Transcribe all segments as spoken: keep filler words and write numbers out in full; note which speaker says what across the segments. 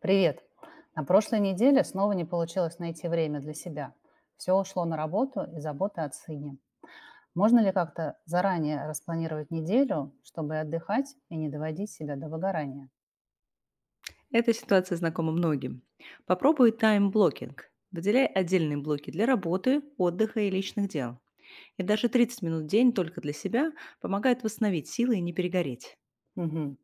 Speaker 1: Привет. На прошлой неделе снова не получилось найти время для себя. Все ушло на работу и заботы о сыне. Можно ли как-то заранее распланировать неделю, чтобы отдыхать и не доводить себя до выгорания?
Speaker 2: Эта ситуация знакома многим. Попробуй тайм-блокинг. Выделяй отдельные блоки для работы, отдыха и личных дел. И даже тридцать минут в день только для себя помогает восстановить силы и не перегореть.
Speaker 1: Мгм.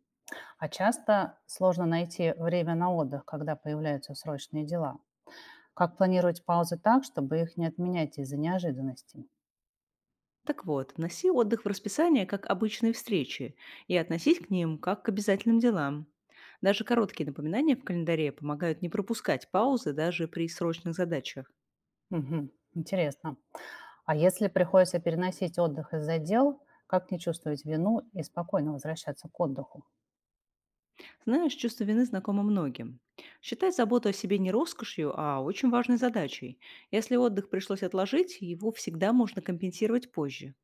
Speaker 1: А часто сложно найти время на отдых, когда появляются срочные дела. Как планировать паузы так, чтобы их не отменять из-за неожиданностей?
Speaker 2: Так вот, вноси отдых в расписание как обычные встречи и относись к ним как к обязательным делам. Даже короткие напоминания в календаре помогают не пропускать паузы даже при срочных задачах.
Speaker 1: Мгм. Интересно. А если приходится переносить отдых из-за дел, как не чувствовать вину и спокойно возвращаться к отдыху?
Speaker 2: Знаешь, чувство вины знакомо многим. Считать заботу о себе не роскошью, а очень важной задачей. Если отдых пришлось отложить, его всегда можно компенсировать позже.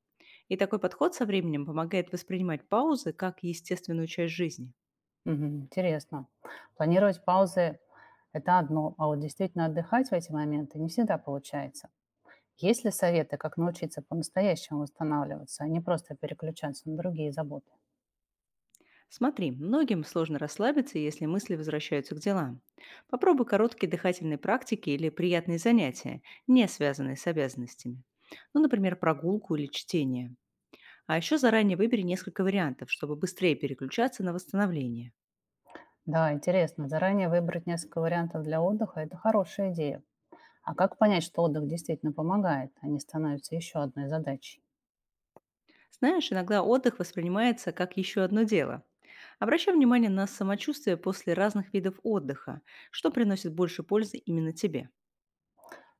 Speaker 2: И такой подход со временем помогает воспринимать паузы как естественную часть жизни.
Speaker 1: Мгм. Интересно. Планировать паузы — это одно, а вот действительно отдыхать в эти моменты не всегда получается. Есть ли советы, как научиться по-настоящему восстанавливаться, а не просто переключаться на другие заботы?
Speaker 2: Смотри, многим сложно расслабиться, если мысли возвращаются к делам. Попробуй короткие дыхательные практики или приятные занятия, не связанные с обязанностями. Ну, например, прогулку или чтение. А еще заранее выбери несколько вариантов, чтобы быстрее переключаться на восстановление.
Speaker 1: Да, интересно. Заранее выбрать несколько вариантов для отдыха — это хорошая идея. А как понять, что отдых действительно помогает, а не становится еще одной задачей?
Speaker 2: Знаешь, иногда отдых воспринимается как еще одно дело. Обращай внимание на самочувствие после разных видов отдыха, что приносит больше пользы именно тебе.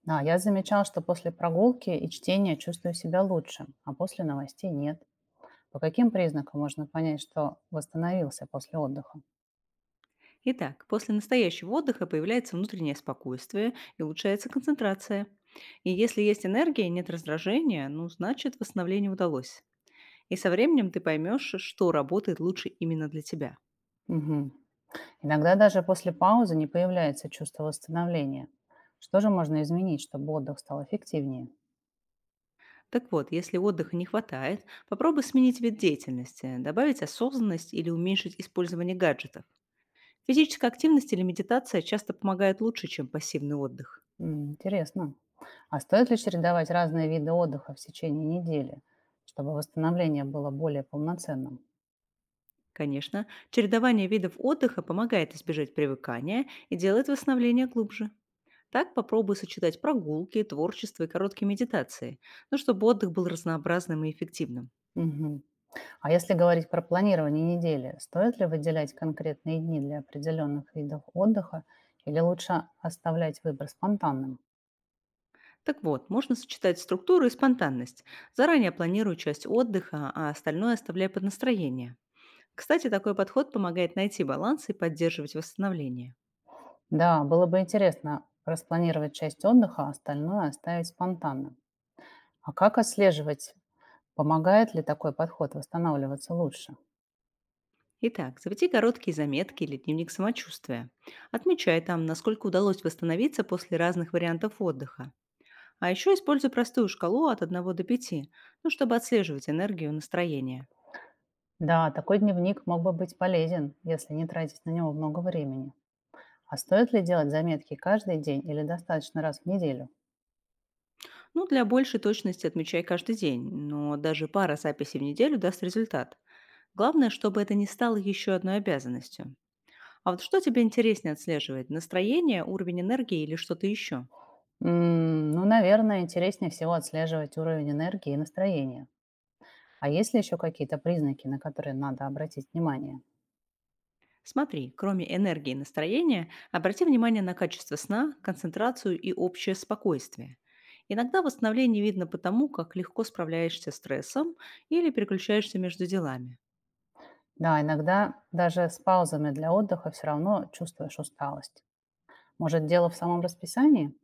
Speaker 1: Да, я замечал, что после прогулки и чтения чувствую себя лучше, а после новостей нет. По каким признакам можно понять, что восстановился после отдыха?
Speaker 2: Итак, после настоящего отдыха появляется внутреннее спокойствие и улучшается концентрация. И если есть энергия и нет раздражения, ну, значит, восстановление удалось. И со временем ты поймешь, что работает лучше именно для тебя.
Speaker 1: Мгм. Иногда даже после паузы не появляется чувство восстановления. Что же можно изменить, чтобы отдых стал эффективнее?
Speaker 2: Так вот, если отдыха не хватает, попробуй сменить вид деятельности, добавить осознанность или уменьшить использование гаджетов. Физическая активность или медитация часто помогают лучше, чем пассивный отдых.
Speaker 1: М, Интересно. А стоит ли чередовать разные виды отдыха в течение недели, чтобы восстановление было более полноценным?
Speaker 2: Конечно, чередование видов отдыха помогает избежать привыкания и делает восстановление глубже. Так попробуй сочетать прогулки, творчество и короткие медитации, но чтобы отдых был разнообразным и эффективным.
Speaker 1: Мгм. А если говорить про планирование недели, стоит ли выделять конкретные дни для определенных видов отдыха или лучше оставлять выбор спонтанным?
Speaker 2: Так вот, можно сочетать структуру и спонтанность. Заранее планируй часть отдыха, а остальное оставляй под настроение. Кстати, такой подход помогает найти баланс и поддерживать восстановление.
Speaker 1: Да, было бы интересно распланировать часть отдыха, а остальное оставить спонтанным. А как отслеживать, помогает ли такой подход восстанавливаться лучше?
Speaker 2: Итак, заведи короткие заметки или дневник самочувствия. Отмечай там, насколько удалось восстановиться после разных вариантов отдыха. А еще используй простую шкалу от одного до пяти, ну, чтобы отслеживать энергию и настроение.
Speaker 1: Да, такой дневник мог бы быть полезен, если не тратить на него много времени. А стоит ли делать заметки каждый день или достаточно раз в неделю?
Speaker 2: Ну, для большей точности отмечай каждый день, но даже пара записей в неделю даст результат. Главное, чтобы это не стало еще одной обязанностью. А вот что тебе интереснее отслеживать? Настроение, уровень энергии или что-то еще?
Speaker 1: М, ну, наверное, интереснее всего отслеживать уровень энергии и настроения. А есть ли еще какие-то признаки, на которые надо обратить внимание?
Speaker 2: Смотри, кроме энергии и настроения, обрати внимание на качество сна, концентрацию и общее спокойствие. Иногда восстановление видно потому, как легко справляешься с стрессом или переключаешься между делами.
Speaker 1: Да, иногда даже с паузами для отдыха все равно чувствуешь усталость. Может, дело в самом расписании?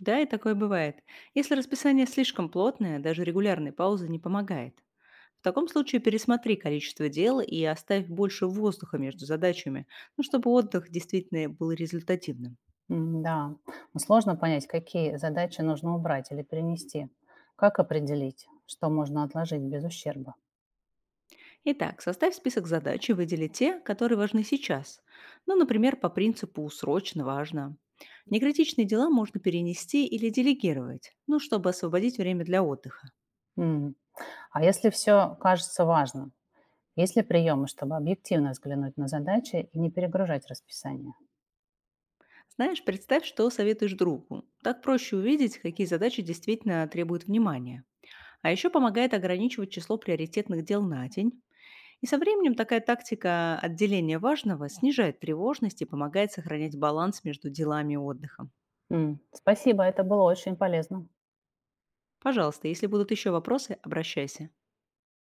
Speaker 2: Да, и такое бывает. Если расписание слишком плотное, даже регулярные паузы не помогает. В таком случае пересмотри количество дел и оставь больше воздуха между задачами, ну, чтобы отдых действительно был результативным.
Speaker 1: М, Да, но сложно понять, какие задачи нужно убрать или перенести. Как определить, что можно отложить без ущерба?
Speaker 2: Итак, составь список задач и выдели те, которые важны сейчас. Ну, например, по принципу «срочно важно». Некритичные дела можно перенести или делегировать, ну, чтобы освободить время для отдыха.
Speaker 1: М, А если все кажется важным, есть ли приемы, чтобы объективно взглянуть на задачи и не перегружать расписание?
Speaker 2: Знаешь, представь, что советуешь другу. Так проще увидеть, какие задачи действительно требуют внимания. А еще помогает ограничивать число приоритетных дел на день. И со временем такая тактика отделения важного снижает тревожность и помогает сохранять баланс между делами и отдыхом.
Speaker 1: М, Спасибо, это было очень полезно.
Speaker 2: Пожалуйста, если будут еще вопросы, обращайся.